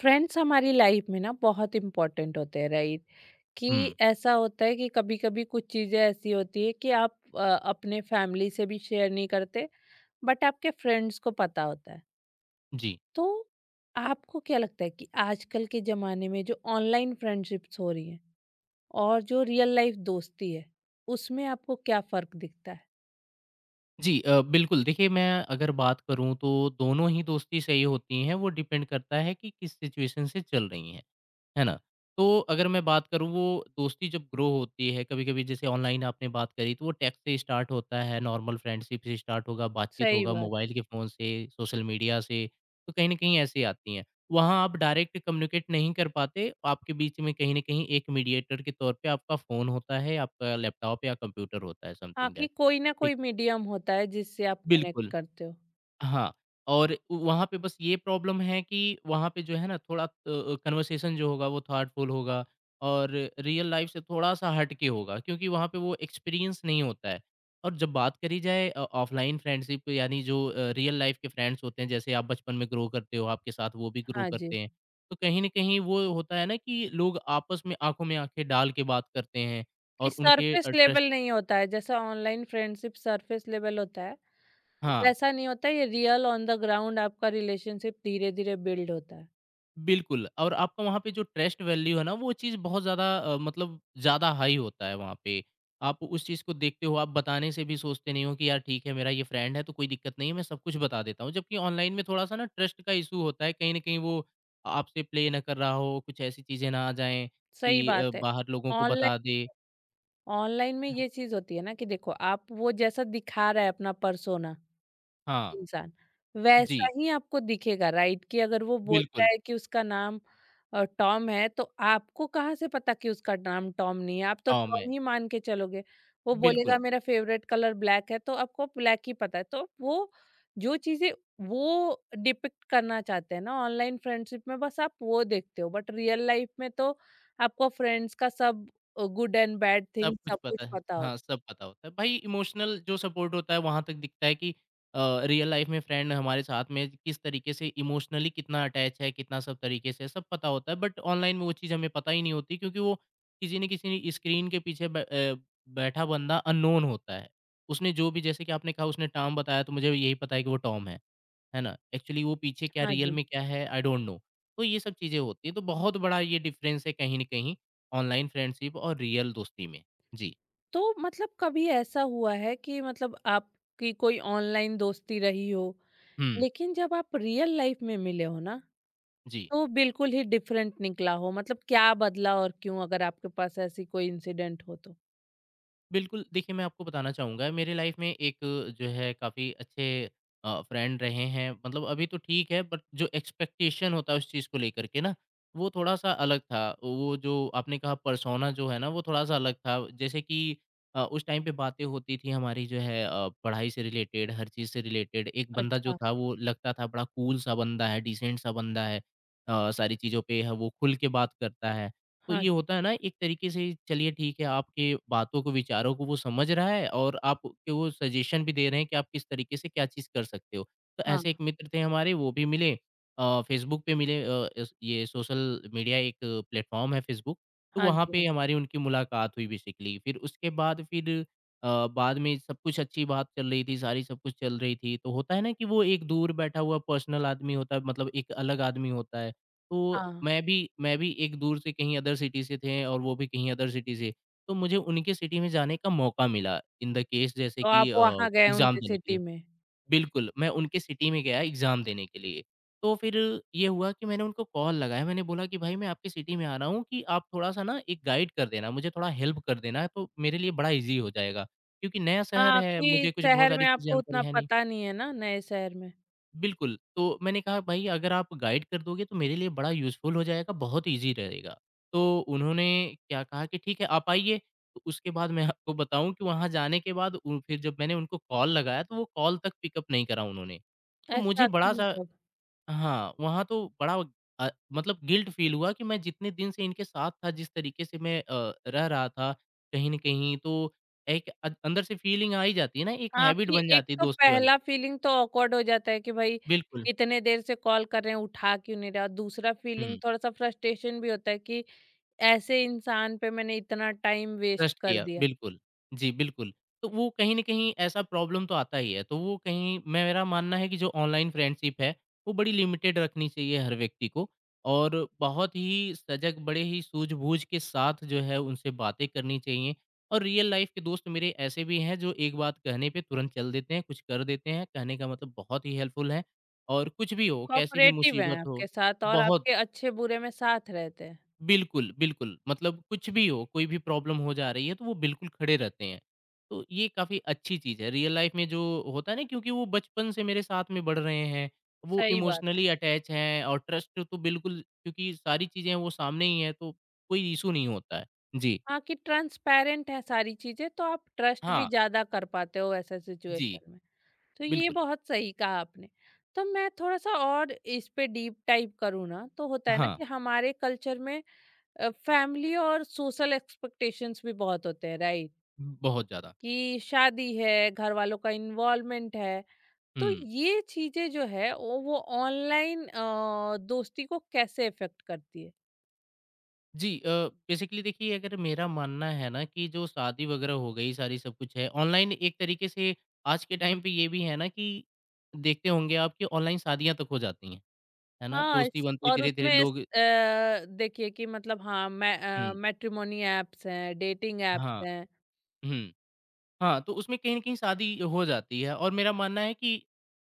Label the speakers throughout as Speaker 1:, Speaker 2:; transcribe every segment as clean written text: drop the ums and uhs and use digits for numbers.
Speaker 1: Friends हमारी life में ना बहुत इम्पोर्टेंट होते हैं, राइट?
Speaker 2: हुँ।
Speaker 1: कि ऐसा होता है कि कभी कभी कुछ चीज़ें ऐसी होती है कि आप अपने फैमिली से भी शेयर नहीं करते, बट आपके फ्रेंड्स को पता होता है।
Speaker 2: जी।
Speaker 1: तो आपको क्या लगता है कि आजकल के ज़माने में जो ऑनलाइन फ्रेंडशिप्स हो रही हैं और जो रियल लाइफ दोस्ती है उसमें आपको क्या फ़र्क दिखता है?
Speaker 2: जी बिल्कुल देखिए मैं अगर बात करूँ तो दोनों ही दोस्ती सही होती हैं, वो डिपेंड करता है कि किस सिचुएशन से चल रही हैं, है ना? तो अगर मैं बात करूँ वो दोस्ती जब ग्रो होती है, कभी-कभी जैसे ऑनलाइन आपने बात करी तो वो टेक्स्ट से स्टार्ट होता है, नॉर्मल फ्रेंडशिप से स्टार्ट होगा, बातचीत
Speaker 1: सही
Speaker 2: होगा,
Speaker 1: बात है।
Speaker 2: मोबाइल के फ़ोन से, सोशल मीडिया से, तो कहीं न कहीं ऐसे आती हैं। वहाँ आप डायरेक्ट कम्युनिकेट नहीं कर पाते, आपके बीच में कहीं न कहीं एक मीडिएटर के तौर पे आपका फ़ोन होता है, आपका लैपटॉप या कंप्यूटर होता है,
Speaker 1: हाँ,
Speaker 2: समथिंग
Speaker 1: कि
Speaker 2: दैट।
Speaker 1: कोई ना कोई मीडियम होता है जिससे आप कनेक्ट
Speaker 2: बिल्कुल,
Speaker 1: करते हो।
Speaker 2: हाँ, और वहाँ पे बस ये प्रॉब्लम है कि वहाँ पे जो है ना थोड़ा कन्वर्सेशन जो होगा वो थॉटफुल होगा और रियल लाइफ़ से थोड़ा-सा हट के होगा क्योंकि वहाँ पे वो एक्सपीरियंस नहीं होता है। और जब बात करी जाए ऑफ़लाइन फ्रेंडशिप यानी जो रियल लाइफ़ के फ्रेंड्स होते हैं, जैसे आप बचपन में ग्रो करते हो, आपके साथ वो भी ग्रो
Speaker 1: हाँ जी।
Speaker 2: करते हैं। तो कहीं न कहीं वो होता है ना कि लोग आपस में आँखों में आँखें डाल के बात करते हैं
Speaker 1: कि
Speaker 2: और उनके
Speaker 1: सरफेस
Speaker 2: ट्रस्ट।
Speaker 1: लेवल नहीं होता है जैसा ऑनलाइन फ्रेंडशिप सरफेस लेवल होता है,
Speaker 2: हाँ।
Speaker 1: वैसा नहीं होता है, ये रियल ऑन द ग्राउंड आपका रिलेशनशिप धीरे धीरे बिल्ड होता है।
Speaker 2: बिल्कुल, और आपका वहाँ पे जो ट्रस्ट वैल्यू है ना, वो चीज़ बहुत ज़्यादा मतलब ज़्यादा हाई होता है वहाँ पे। आप उस चीज़ को देखते हो, आप बताने से भी सोचते नहीं हो कि यार ठीक है, मेरा ये फ्रेंड है तो कोई दिक्कत नहीं है, मैं सब कुछ बता देता हूँ। जबकि ऑनलाइन में थोड़ा-सा ना ट्रस्ट का इश्यू होता है, कहीं न कहीं वो आपसे प्ले ना कर रहा हो, कुछ ऐसी चीज़ें ना आ जाएँ
Speaker 1: सही
Speaker 2: कि
Speaker 1: बात है।
Speaker 2: बाहर लोगों को
Speaker 1: ऑनलाइन
Speaker 2: बता दे।
Speaker 1: ऑनलाइन में ये चीज होती है ना कि देखो आप वो जैसा दिखा रहा है अपना परसोना,
Speaker 2: हाँ,
Speaker 1: इंसान, वैसा
Speaker 2: जी,
Speaker 1: ही आपको दिखेगा, राइट? कि अगर वो बोलता
Speaker 2: बिल्कुम,
Speaker 1: है कि उसका नाम टॉम है तो आपको कहाँ से पता कि उसका नाम टॉम नहीं है, आप तो
Speaker 2: टॉम है,
Speaker 1: टॉम ही मान के चलोगे। वो
Speaker 2: बिल्कुल।
Speaker 1: बोलेगा मेरा फेवरेट कलर ब्लैक है तो आपको ब्लैक ही पता है। तो वो जो चीज़ें वो डिपिक्ट करना चाहते हैं ना ऑनलाइन फ्रेंडशिप में बस आप वो देखते हो, बट रियल लाइफ में तो आपको फ्रेंड्स का सब गुड एंड बैड
Speaker 2: सब
Speaker 1: थिंग
Speaker 2: कुछ
Speaker 1: सब कुछ
Speaker 2: पता है।
Speaker 1: पता होता
Speaker 2: हाँ,
Speaker 1: है।
Speaker 2: सब पता होता है। भाई इमोशनल जो सपोर्ट होता है वहाँ तक दिखता है कि अ, रियल लाइफ़ में फ्रेंड हमारे साथ में किस तरीके से इमोशनली कितना अटैच है, कितना सब तरीके से सब पता होता है बट ऑनलाइन में वो चीज़ हमें पता ही नहीं होती क्योंकि वो किसी न किसी स्क्रीन के पीछे बैठा बंदा अननोन होता है। उसने जो भी जैसे कि आपने कहा उसने टॉम बताया तो मुझे भी यही पता है कि वो टॉम है। है ना? एक्चुअली वो पीछे क्या
Speaker 1: हाँ
Speaker 2: रियल
Speaker 1: जी।
Speaker 2: में क्या है आई डोंट नो। तो ये सब चीज़ें होती हैं, तो बहुत बड़ा ये डिफ़रेंस है कहीं न कहीं ऑनलाइन फ्रेंडशिप और रियल दोस्ती में। जी।
Speaker 1: तो मतलब कभी ऐसा हुआ है कि मतलब आपकी कोई ऑनलाइन दोस्ती रही हो
Speaker 2: हुँ।
Speaker 1: लेकिन जब आप रियल लाइफ में मिले हो ना
Speaker 2: जी।
Speaker 1: तो बिल्कुल ही डिफरेंट निकला हो, मतलब क्या बदला और क्यों, अगर आपके पास ऐसी कोई इंसिडेंट हो तो?
Speaker 2: बिल्कुल, देखिए मैं आपको बताना चाहूँगा मेरे लाइफ़ में एक जो है काफ़ी अच्छे फ्रेंड रहे हैं मतलब अभी तो ठीक है बट जो एक्सपेक्टेशन होता है उस चीज़ को लेकर के ना, वो थोड़ा-सा अलग था। वो जो आपने कहा पर्सोना जो है ना वो थोड़ा-सा अलग था। जैसे कि उस टाइम पे बातें होती थी हमारी जो है पढ़ाई से रिलेटेड, हर चीज़ से रिलेटेड। एक बंदा जो
Speaker 1: अच्छा।
Speaker 2: था वो लगता था बड़ा कूल सा बंदा है, डिसेंट सा बंदा है। सारी चीज़ों पे है वो खुल के बात करता है। तो
Speaker 1: हाँ
Speaker 2: ये
Speaker 1: जी,
Speaker 2: होता है ना एक तरीके से चलिए ठीक है आपके बातों को विचारों को वो समझ रहा है और आप के वो सजेशन भी दे रहे हैं कि आप किस तरीके से क्या चीज़ कर सकते हो। तो ऐसे एक
Speaker 1: हाँ।
Speaker 2: मित्र थे हमारे वो भी मिले फ़ेसबुक पे मिले अ, इस ये सोशल मीडिया एक प्लेटफ़ॉर्म है फ़ेसबुक, तो
Speaker 1: हाँ
Speaker 2: वहाँ
Speaker 1: जी। हाँ
Speaker 2: पे
Speaker 1: जी,
Speaker 2: हमारी उनकी मुलाकात हुई बेसिकली। फिर उसके बाद फिर बाद में सब कुछ अच्छी बात चल रही थी, सारी सब कुछ चल रही थी। तो होता है ना कि वो एक दूर बैठा हुआ पर्सनल आदमी होता है मतलब एक अलग आदमी होता है। तो
Speaker 1: हाँ।
Speaker 2: मैं भी एक दूर से कहीं अदर सिटी से थे और वो भी कहीं अदर सिटी से। तो मुझे उनके सिटी में जाने का मौका मिला इन द केस जैसे
Speaker 1: तो
Speaker 2: कि
Speaker 1: आप वहाँ गए
Speaker 2: एग्ज़ाम
Speaker 1: उनके
Speaker 2: देने के लिए।
Speaker 1: सिटी में?
Speaker 2: बिल्कुल, मैं उनके सिटी में गया एग्ज़ाम देने के लिए। तो फिर ये हुआ कि मैंने उनको कॉल लगाया, मैंने बोला कि भाई मैं आपकी सिटी में आ रहा हूँ कि आप थोड़ा-सा ना एक गाइड कर देना, मुझे थोड़ा हेल्प कर देना तो मेरे लिए बड़ा ईज़ी हो जाएगा। क्योंकि नया शहर
Speaker 1: हाँ,
Speaker 2: है,
Speaker 1: कि
Speaker 2: मुझे कुछ बहुत
Speaker 1: शहर
Speaker 2: सारी
Speaker 1: में
Speaker 2: चीज़
Speaker 1: आपको
Speaker 2: जानकारी
Speaker 1: उतना
Speaker 2: है नहीं।
Speaker 1: पता नहीं है ना नए शहर में।
Speaker 2: बिल्कुल, तो मैंने कहा भाई अगर आप गाइड कर दोगे तो मेरे लिए बड़ा यूज़फुल हो जाएगा, बहुत ईज़ी रहेगा। तो उन्होंने क्या कहा कि ठीक है आप आइए, तो उसके बाद मैं आपको बताऊँ कि वहाँ जाने के बाद उ फिर जब मैंने उनको कॉल लगाया तो वो कॉल तक पिकअप नहीं करा उन्होंने। तो मुझे
Speaker 1: ऐसा कि
Speaker 2: बड़ा-सा
Speaker 1: मतलब?
Speaker 2: हाँ, वहाँ तो बड़ा मतलब गिल्ट फ़ील हुआ कि मैं जितने दिन से इनके साथ था, जिस तरीके से मैं रह रहा था कहीं न कहीं तो एक अंदर से फ़ीलिंग आ ही जाती है ना, एक
Speaker 1: हाँ,
Speaker 2: हैबिट
Speaker 1: कि
Speaker 2: बन
Speaker 1: एक
Speaker 2: जाती है
Speaker 1: तो
Speaker 2: दोस्ती वाली।
Speaker 1: पहला फीलिंग तो ऑकवर्ड हो जाता है कि भाई
Speaker 2: बिल्कुल,
Speaker 1: इतने देर से कॉल कर रहे हैं उठा क्यों नहीं रहा। दूसरा फीलिंग
Speaker 2: हुँ।
Speaker 1: थोड़ा सा फ्रस्ट्रेशन भी होता है कि ऐसे इंसान पे मैंने इतना टाइम वेस्ट
Speaker 2: ट्रस्ट
Speaker 1: कर
Speaker 2: किया,
Speaker 1: दिया।
Speaker 2: बिल्कुल। जी, बिल्कुल। तो वो कहीं न कहीं ऐसा प्रॉब्लम तो आता ही है, तो वो कहीं मेरा मानना है कि जो ऑनलाइन फ्रेंडशिप है, वो बड़ी लिमिटेड रखनी चाहिए हर व्यक्ति को और बहुत ही सजग, बड़े ही सूझबूझ के साथ जो है उनसे बातें करनी चाहिए और रियल लाइफ़ के दोस्त मेरे ऐसे भी हैं जो एक बात कहने पे तुरंत चल देते हैं, कुछ कर देते हैं, कहने का मतलब बहुत ही हेल्पफुल है और कुछ भी हो, कैसी भी
Speaker 1: कोऑपरेटिव हैं
Speaker 2: मुसीबत हो,
Speaker 1: आपके साथ और
Speaker 2: बहुत
Speaker 1: आपके अच्छे-बुरे में साथ रहते हैं।
Speaker 2: बिल्कुल, बिल्कुल। मतलब कुछ भी हो, कोई भी प्रॉब्लम हो जा रही है, तो वो बिल्कुल खड़े रहते हैं। तो ये काफ़ी अच्छी चीज़ है। रियल लाइफ़ में जो होता है ना क्योंकि वो बचपन से मेरे साथ में बढ़ रहे हैं, वो
Speaker 1: सही बात है।
Speaker 2: इमोशनली अटैच हैं और ट्रस्ट तो बिल्कुल क्योंकि सारी चीज़ें वो सामने ही हैं, तो कोई इश्यू नहीं होता है। जी।
Speaker 1: हाँ, कि ट्रांसपेरेंट है सारी चीज़ें तो आप ट्रस्ट भी
Speaker 2: हाँ,
Speaker 1: ज़्यादा कर पाते हो ऐसे
Speaker 2: जी,
Speaker 1: सिचुएशन में। तो ये
Speaker 2: बिल्कुल।
Speaker 1: बहुत सही कहा आपने। तो मैं थोड़ा-सा और इस पे डीप टाइप करूँ ना, तो होता है ना
Speaker 2: हाँ,
Speaker 1: कि हमारे कल्चर में फैमिली और सोशल एक्सपेक्टेशंस भी बहुत होते हैं, राइट?
Speaker 2: बहुत ज़्यादा।
Speaker 1: कि शादी है, घर वालों का इन्वॉल्वमेंट है, तो
Speaker 2: हुँ।
Speaker 1: ये चीजें जो है वो ऑनलाइन दोस्ती को कैसे इफेक्ट करती है?
Speaker 2: जी बेसिकली देखिए अगर मेरा मानना है ना कि जो शादी वगैरह हो गई सारी सब कुछ है ऑनलाइन एक तरीके से आज के टाइम पे ये भी है ना कि देखते होंगे आप कि ऑनलाइन शादियां तक हो जाती हैं है ना
Speaker 1: हाँ
Speaker 2: दोस्ती
Speaker 1: इस,
Speaker 2: बनती
Speaker 1: और
Speaker 2: धीरे धीरे
Speaker 1: उसमें इस,
Speaker 2: लोग
Speaker 1: अ, देखिए कि मतलब हाँ मै
Speaker 2: हम्म
Speaker 1: मैट्रिमोनी एप्स हैं डेटिंग एप्स
Speaker 2: हाँ
Speaker 1: हैं।
Speaker 2: हम्म हाँ, तो उसमें कहीं न कहीं शादी हो जाती है और मेरा मानना है कि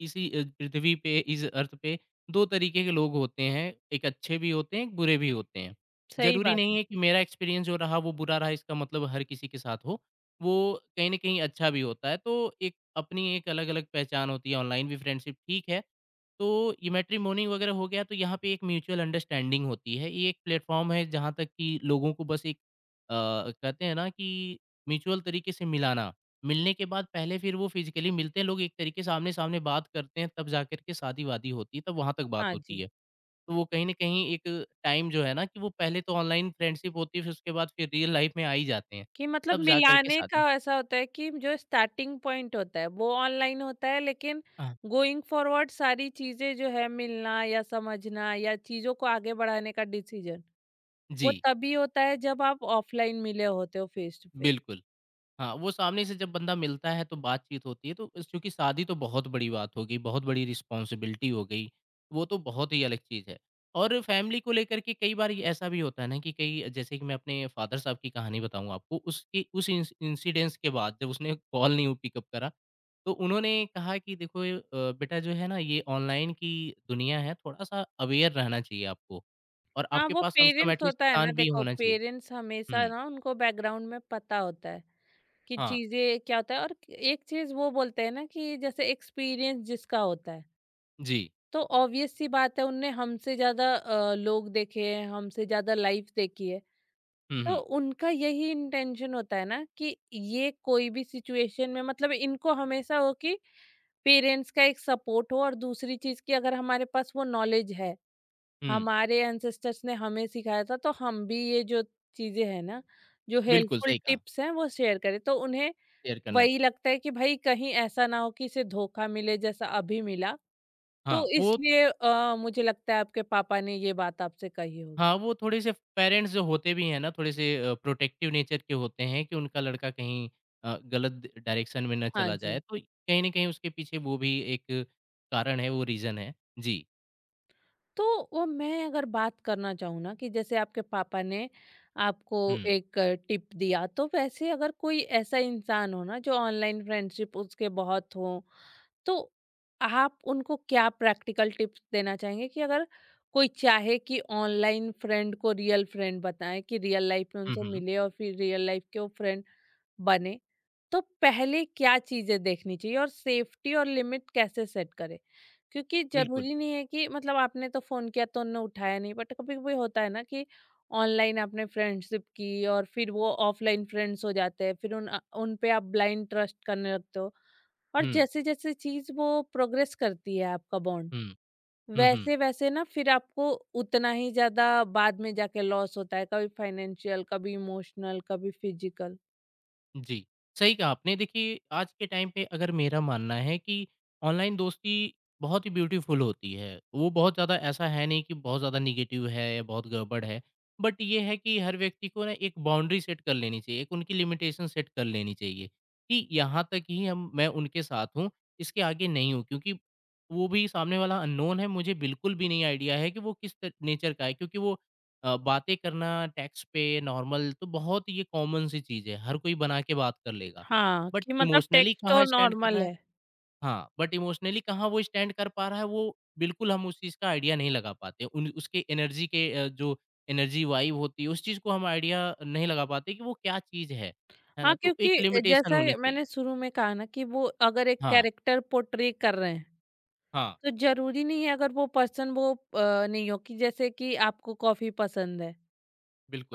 Speaker 2: इसी पृथ्वी पे, इस अर्थ पे 2 तरीके के लोग होते हैं, एक अच्छे भी होते हैं, एक बुरे भी होते हैं।
Speaker 1: सही
Speaker 2: ज़रूरी
Speaker 1: बात
Speaker 2: नहीं
Speaker 1: है।
Speaker 2: है कि मेरा एक्सपीरियंस जो रहा वो बुरा रहा इसका मतलब हर किसी के साथ हो, वो कहीं न कहीं अच्छा भी होता है। तो एक अपनी एक अलग-अलग पहचान होती है, ऑनलाइन भी फ्रेंडशिप ठीक है। तो ये मैट्रिमोनी वगैरह हो गया तो यहाँ पे एक म्यूचुअल अंडरस्टैंडिंग होती है। ये एक प्लेटफ़ॉर्म है जहाँ तक कि लोगों को बस एक अ, कहते हैं ना कि म्यूचुअल तरीके से मिलाना। मिलने के बाद पहले फिर वो फिज़िकली मिलते हैं लोग एक तरीके आमने-सामने बात करते हैं तब जाकर के शादी-वादी होती है, तब वहाँ तक बात
Speaker 1: हाँ
Speaker 2: होती
Speaker 1: जी।
Speaker 2: है। तो वो कहीं न कहीं एक टाइम जो है ना कि वो पहले तो ऑनलाइन फ्रेंडशिप होती है, फिर उसके बाद फिर रियल लाइफ़ में आ ही जाते हैं।
Speaker 1: कि मतलब
Speaker 2: तब जा कर के
Speaker 1: मिलाने का
Speaker 2: शादी
Speaker 1: ऐसा होता है कि जो स्टार्टिंग पॉइंट होता है वो ऑनलाइन होता है लेकिन
Speaker 2: हाँ।
Speaker 1: गोइंग फॉरवर्ड सारी चीजें जो है मिलना या समझना या चीजों को आगे बढ़ाने का डिसीजन, वो
Speaker 2: जी,
Speaker 1: तभी होता है जब आप ऑफलाइन मिले होते हो फेस टू फेस।
Speaker 2: बिल्कुल। हाँ, वो सामने से जब बंदा मिलता है तो बातचीत होती है तो इस चूँकि शादी तो बहुत बड़ी बात हो गई, बहुत बड़ी रिस्पॉन्सिबिलिटी हो गई, वो तो बहुत ही अलग चीज़ है। और फैमिली को लेकर के कई बार ये ऐसा भी होता है ना कि कई जैसे कि मैं अपने फादर साहब की कहानी बताऊँ आपको, उसकी उस इंसिडेंस के बाद जब उसने कॉल नहीं पिकअप करा, तो उन्होंने कहा कि देखो ये, बेटा जो है ना ये ऑनलाइन की दुनिया है, थोड़ा-सा अवेयर रहना चाहिए आपको और
Speaker 1: हाँ,
Speaker 2: आपके
Speaker 1: वो
Speaker 2: पास कम से कम
Speaker 1: पेरेंट्स
Speaker 2: एटलीस्ट
Speaker 1: होता है ना,
Speaker 2: प्लान बी
Speaker 1: देखो
Speaker 2: होना चाहिए।
Speaker 1: पेरेंट्स हमेशा
Speaker 2: हुँ,
Speaker 1: ना उनको बैकग्राउंड में पता होता है कि
Speaker 2: हाँ,
Speaker 1: चीजें क्या होता है और एक चीज वो बोलते हैं ना कि जैसे एक्सपीरियंस जिसका होता है,
Speaker 2: जी।
Speaker 1: तो ऑब्वियस सी बात है उनने हमसे ज़्यादा लोग देखे हैं, हमसे ज़्यादा लाइफ देखी है।
Speaker 2: हुँ,
Speaker 1: तो
Speaker 2: हुँ,
Speaker 1: उनका यही इंटेंशन होता है ना कि ये कोई भी सिचुएशन में मतलब इनको हमेशा हो कि पेरेंट्स का एक सपोर्ट हो और दूसरी चीज़ कि अगर हमारे पास वो नॉलेज है,
Speaker 2: हुँ।
Speaker 1: हमारे एंसेस्टर्स ने हमें सिखाया था तो हम भी ये जो चीज़ें हैं ना, जो
Speaker 2: बिल्कुल,
Speaker 1: हेल्पफुल
Speaker 2: सही कहा,
Speaker 1: टिप्स हैं वो शेयर करें। तो उन्हें
Speaker 2: शेयर करना चाहिए।
Speaker 1: वही लगता है कि भाई कहीं ऐसा ना हो कि इसे धोखा मिले जैसा अभी मिला, तो
Speaker 2: हाँ,
Speaker 1: इसलिए मुझे लगता है आपके पापा ने ये बात आपसे कही होगी।
Speaker 2: वो थोड़े-से पेरेंट्स जो होते भी हैं ना, थोड़े-से प्रोटेक्टिव नेचर के होते हैं कि उनका लड़का कहीं गलत डायरेक्शन में ना
Speaker 1: हाँ
Speaker 2: चला
Speaker 1: जी,
Speaker 2: जाए, तो कहीं न कहीं उसके पीछे वो भी एक कारण है, वो रीज़न है। जी।
Speaker 1: तो वो मैं अगर बात करना चाहूँ ना कि जैसे आपके पापा ने आपको
Speaker 2: हुँ।
Speaker 1: एक टिप दिया, तो वैसे अगर कोई ऐसा इंसान हो ना जो ऑनलाइन फ्रेंडशिप उसके बहुत हो, तो आप उनको क्या प्रैक्टिकल टिप्स देना चाहेंगे कि अगर कोई चाहे कि ऑनलाइन फ्रेंड को रियल फ्रेंड बताएँ कि रियल लाइफ में
Speaker 2: हुँ,
Speaker 1: उनसे
Speaker 2: हुँ।
Speaker 1: मिले और फिर रियल लाइफ के वो फ्रेंड बने, तो पहले क्या चीजें देखनी चाहिए और सेफ्टी और लिमिट कैसे सेट करें? क्योंकि
Speaker 2: बिल्कुल।
Speaker 1: जरूरी नहीं है कि मतलब आपने तो फोन किया तो उन्होंने उठाया नहीं, बट कभी कभी होता है ना कि ऑनलाइन आपने फ्रेंडशिप की और फिर वो ऑफलाइन फ्रेंड्स हो जाते हैं, फिर उन उन पे आप ब्लाइंड ट्रस्ट करने लगते हो और
Speaker 2: हुँ।
Speaker 1: जैसे जैसे चीज वो प्रोग्रेस करती है आपका बॉन्ड
Speaker 2: हुँ। हुँ, हुँ।
Speaker 1: वैसे वैसे ना फिर आपको उतना ही ज्यादा बाद में जाके लॉस होता है, कभी फाइनेंशियल, कभी इमोशनल, कभी फिजिकल।
Speaker 2: जी, सही कहा आपने। देखिए, आज के टाइम पे अगर मेरा मानना है कि ऑनलाइन दोस्ती बहुत ही ब्यूटीफुल होती है। वो बहुत ज़्यादा ऐसा है नहीं कि बहुत ज़्यादा नेगेटिव है या बहुत गड़बड़ है। बट ये है कि हर व्यक्ति को ना एक बाउंड्री सेट कर लेनी चाहिए, एक उनकी लिमिटेशन सेट कर लेनी चाहिए कि यहाँ तक ही हम मैं उनके साथ हूँ, इसके आगे नहीं हूँ। क्योंकि वो भी सामने वाला अननोन है, मुझे बिल्कुल भी नहीं आईडिया है कि वो किस त नेचर का है क्योंकि वो बातें करना टेक्स्ट पे नॉर्मल तो बहुत ये कॉमन सी चीज़ है, हर कोई बना के बात कर लेगा।
Speaker 1: हाँ,
Speaker 2: बट
Speaker 1: कि मतलब
Speaker 2: इमोशनली
Speaker 1: टेक्स्ट तो
Speaker 2: कहाँ स्टैंड कर रहा
Speaker 1: नॉर्मल
Speaker 2: है।
Speaker 1: है।
Speaker 2: हाँ, बट इमोशनली कहाँ वो स्टैंड कर पा रहा है वो बिल्कुल हम उस चीज़ का आइडिया नहीं लगा पाते। उन उसके एनर्जी के जो एनर्जी वाइब होती है उस चीज़ को हम आइडिया नहीं लगा पाते कि वो क्या चीज़ है
Speaker 1: हाँ,
Speaker 2: ना? तो एक
Speaker 1: क्योंकि
Speaker 2: लिमिटेशन
Speaker 1: जैसा
Speaker 2: होनी चाहिए।
Speaker 1: मैंने शुरू में कहा ना कि वो अगर एक
Speaker 2: हाँ,
Speaker 1: कैरेक्टर पोर्ट्रे कर रहे हैं,
Speaker 2: हाँ,
Speaker 1: तो ज़रूरी नहीं है अगर वो पर्सन वो नहीं हो, कि जैसे कि आपको कॉफ़ी पसंद है,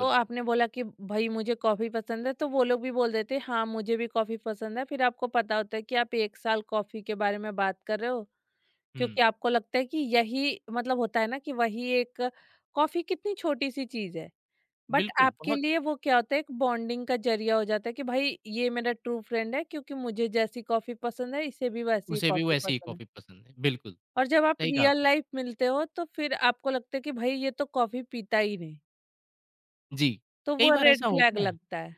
Speaker 1: तो आपने बोला कि भई मुझे कॉफ़ी पसंद है, तो वो लोग भी बोल देते हैं हाँ, मुझे भी कॉफ़ी पसंद है। फिर आपको पता होता है कि आप 1 साल कॉफ़ी के बारे में बात कर रहे हो,
Speaker 2: हुँ,
Speaker 1: क्योंकि आपको लगता है कि यही मतलब होता है ना कि वही एक कॉफ़ी कितनी छोटी-सी चीज़ है। बट
Speaker 2: बिल्कुल
Speaker 1: आपके
Speaker 2: बहुत
Speaker 1: लिए वो क्या होता है, एक बॉन्डिंग का जरिया हो जाता है कि भाई ये मेरा ट्रू फ्रेंड है क्योंकि मुझे जैसी कॉफी पसंद है इसे भी वैसी ही
Speaker 2: उसे भी
Speaker 1: कॉफी
Speaker 2: वैसी ही
Speaker 1: पसंद है।
Speaker 2: कॉफ़ी पसंद है। बिल्कुल,
Speaker 1: और जब आप
Speaker 2: सही कहा
Speaker 1: रियल
Speaker 2: आपने।
Speaker 1: लाइफ मिलते हो तो फिर आपको लगता है कि भाई ये तो कॉफी पीता ही नहीं,
Speaker 2: जी,
Speaker 1: तो
Speaker 2: कई
Speaker 1: वो
Speaker 2: बार
Speaker 1: रेड
Speaker 2: ऐसा
Speaker 1: फ्लैग
Speaker 2: होता है।
Speaker 1: लगता है।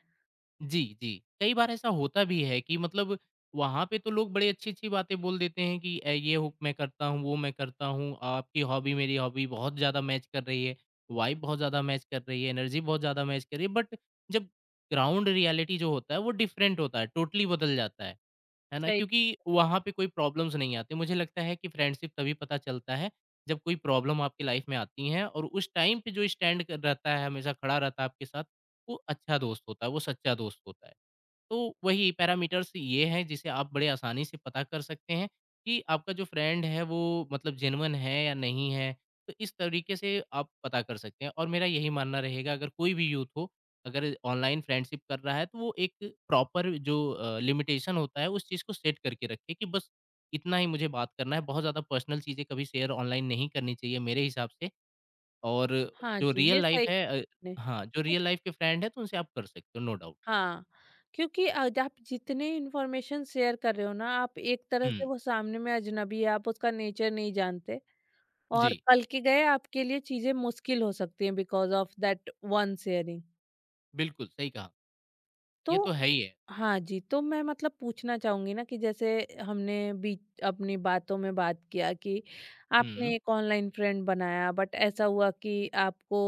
Speaker 2: जी, जी। कई बार ऐसा होता भी है कि मतलब वहाँ पे तो लोग बड़ी अच्छी-अच्छी बातें बोल देते हैं कि ये हो मैं करता हूँ, वो मैं करता हूँ, आपकी हॉबी मेरी हॉबी बहुत ज़्यादा मैच कर रही है, वाइब बहुत ज़्यादा मैच कर रही है, एनर्जी बहुत ज़्यादा मैच कर रही है। बट जब ग्राउंड रियलिटी जो होता है वो डिफरेंट होता है, टोटली बदल जाता है। है ना?
Speaker 1: सही।
Speaker 2: क्योंकि वहाँ पे कोई प्रॉब्लम्स नहीं आती। मुझे लगता है कि फ्रेंडशिप तभी पता चलता है, जब कोई प्रॉब्लम आपकी लाइफ में आती है और उस टाइम पे जो स्टैंड क रहता है, हमेशा खड़ा रहता है आपके साथ, वो अच्छा दोस्त होता है, वो सच्चा दोस्त होता है। तो वही पैरामीटर्स ये हैं जिसे आप बड़े आसानी से पता कर सकते हैं कि आपका जो फ्रेंड है वो मतलब जेन्युइन है या नहीं है। तो इस तरीके से आप पता कर सकते हैं और मेरा यही मानना रहेगा अगर कोई भी यूथ हो, अगर ऑनलाइन फ्रेंडशिप कर रहा है तो वो एक प्रॉपर जो लिमिटेशन होता है उस चीज़ को सेट करके रखे कि बस इतना ही मुझे बात करना है। बहुत ज़्यादा पर्सनल चीज़ें कभी शेयर ऑनलाइन नहीं करनी चाहिए मेरे हिसाब से और
Speaker 1: हाँ
Speaker 2: जो
Speaker 1: जी, ये
Speaker 2: रियल लाइफ
Speaker 1: सही
Speaker 2: है
Speaker 1: आपने,
Speaker 2: हाँ, जो रियल
Speaker 1: क्योंकि
Speaker 2: लाइफ के फ्रेंड है तो उनसे आप कर सकते हो नो डाउट।
Speaker 1: हाँ, क्योंकि आज आप जितने इंफॉर्मेशन शेयर कर रहे हो ना, आप एक तरह
Speaker 2: हुँ,
Speaker 1: से वो सामने में अजनबी है, आप उसका नेचर नहीं जानते और
Speaker 2: जी।
Speaker 1: कल के गए आपके लिए चीज़ें मुश्किल हो सकती हैं because of that one sharing.
Speaker 2: बिल्कुल, सही कहा। ये
Speaker 1: तो
Speaker 2: तो है ही है।
Speaker 1: हाँ जी, तो मैं मतलब पूछना चाहूँगी ना कि जैसे हमने बीच अपनी बातों में बात किया कि
Speaker 2: हुँ,
Speaker 1: आपने एक ऑनलाइन फ्रेंड बनाया बट ऐसा हुआ कि आपको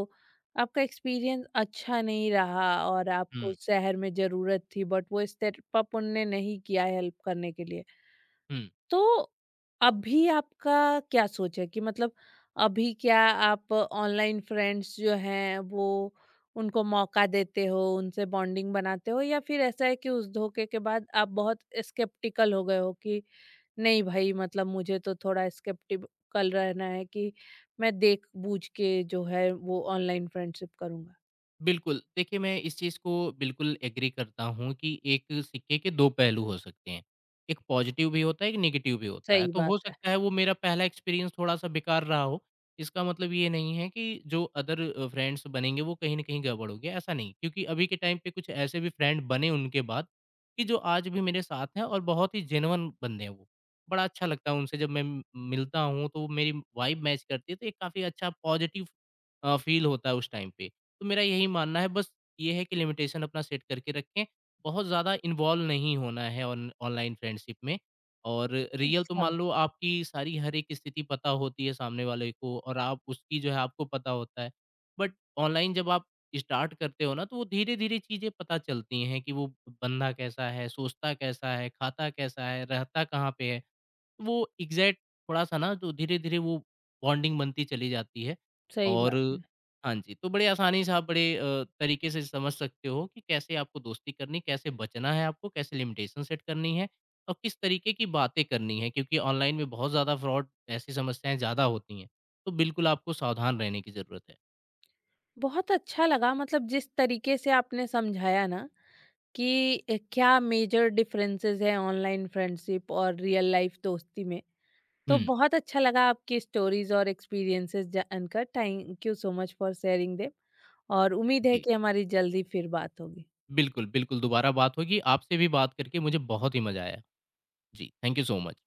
Speaker 1: आपका एक्सपीरियंस अच्छा नहीं रहा और आपको
Speaker 2: हुँ,
Speaker 1: उस शहर में ज़रूरत थी बट वो स्टेप अप उनने नहीं किया हेल्प करने के लिए।
Speaker 2: हुँ।
Speaker 1: तो अभी आपका क्या सोच है कि मतलब अभी क्या आप ऑनलाइन फ्रेंड्स जो हैं वो उनको मौका देते हो उनसे बॉन्डिंग बनाते हो, या फिर ऐसा है कि उस धोखे के बाद आप बहुत स्केप्टिकल हो गए हो कि नहीं भाई मतलब मुझे तो थोड़ा स्केप्टिकल रहना है कि मैं देख बूझ के जो है वो ऑनलाइन फ्रेंडशिप करूंगा?
Speaker 2: बिल्कुल, देखिए मैं इस चीज़ को बिल्कुल एग्री करता हूँ कि एक सिक्के के 2 पहलू हो सकते हैं। एक पॉज़िटिव भी होता है, एक नेगेटिव भी होता है।
Speaker 1: सही
Speaker 2: तो
Speaker 1: बात
Speaker 2: हो
Speaker 1: है।
Speaker 2: सकता है वो मेरा पहला एक्सपीरियंस थोड़ा-सा बेकार रहा हो, इसका मतलब ये नहीं है कि जो अदर फ्रेंड्स बनेंगे वो कहीं न कहीं गड़बड़ हो गया, ऐसा नहीं। क्योंकि अभी के टाइम पे कुछ ऐसे भी फ्रेंड बने उनके बाद, कि जो आज भी मेरे साथ हैं और बहुत ही जेन्युइन बंदे हैं वो। बड़ा अच्छा लगता है उनसे जब मैं म मिलता हूँ, तो वो मेरी वाइब मैच करती है, तो एक काफ़ी अच्छा पॉज़िटिव फ़ील होता है उस टाइम पे। तो मेरा यही मानना है बस ये है कि लिमिटेशन अपना सेट करके रखें। बहुत ज़्यादा इन्वॉल्व नहीं होना है ऑन ऑनलाइन फ्रेंडशिप में और रियल तो
Speaker 1: अच्छा।
Speaker 2: मान लो आपकी सारी हर एक स्थिति पता होती है सामने वाले को और आप उसकी जो है आपको पता होता है। बट ऑनलाइन जब आप स्टार्ट करते हो ना तो वो धीरे-धीरे चीज़ें पता चलती हैं कि वो बंदा कैसा है, सोचता कैसा है, खाता कैसा है, रहता कहाँ पे है। वो एग्ज़ैक्ट थोड़ा-सा ना तो धीरे-धीरे वो बॉन्डिंग बनती चली जाती है
Speaker 1: सही
Speaker 2: और
Speaker 1: बात।
Speaker 2: हाँ जी, तो बड़े आसानी से आप बड़े तरीके से समझ सकते हो कि कैसे आपको दोस्ती करनी, कैसे बचना है आपको, कैसे लिमिटेशन सेट करनी है और किस तरीके की बातें करनी है क्योंकि ऑनलाइन में बहुत ज़्यादा फ्रॉड ऐसी समस्याएँ ज़्यादा होती हैं। तो बिल्कुल आपको सावधान रहने की ज़रूरत है।
Speaker 1: बहुत अच्छा लगा, मतलब जिस तरीके से आपने समझाया ना कि क्या मेजर डिफरेंसेस हैं ऑनलाइन फ्रेंडशिप और रियल लाइफ दोस्ती में। तो
Speaker 2: हुँ,
Speaker 1: बहुत अच्छा लगा आपकी स्टोरीज और एक्सपीरियंसेस जानकर। Thank you so much for sharing them. और उम्मीद है
Speaker 2: जी।
Speaker 1: कि हमारी जल्दी फिर बात होगी।
Speaker 2: बिल्कुल, बिल्कुल दोबारा बात होगी। आपसे भी बात करके मुझे बहुत ही मज़ा आया। जी, थैंक यू सो मच।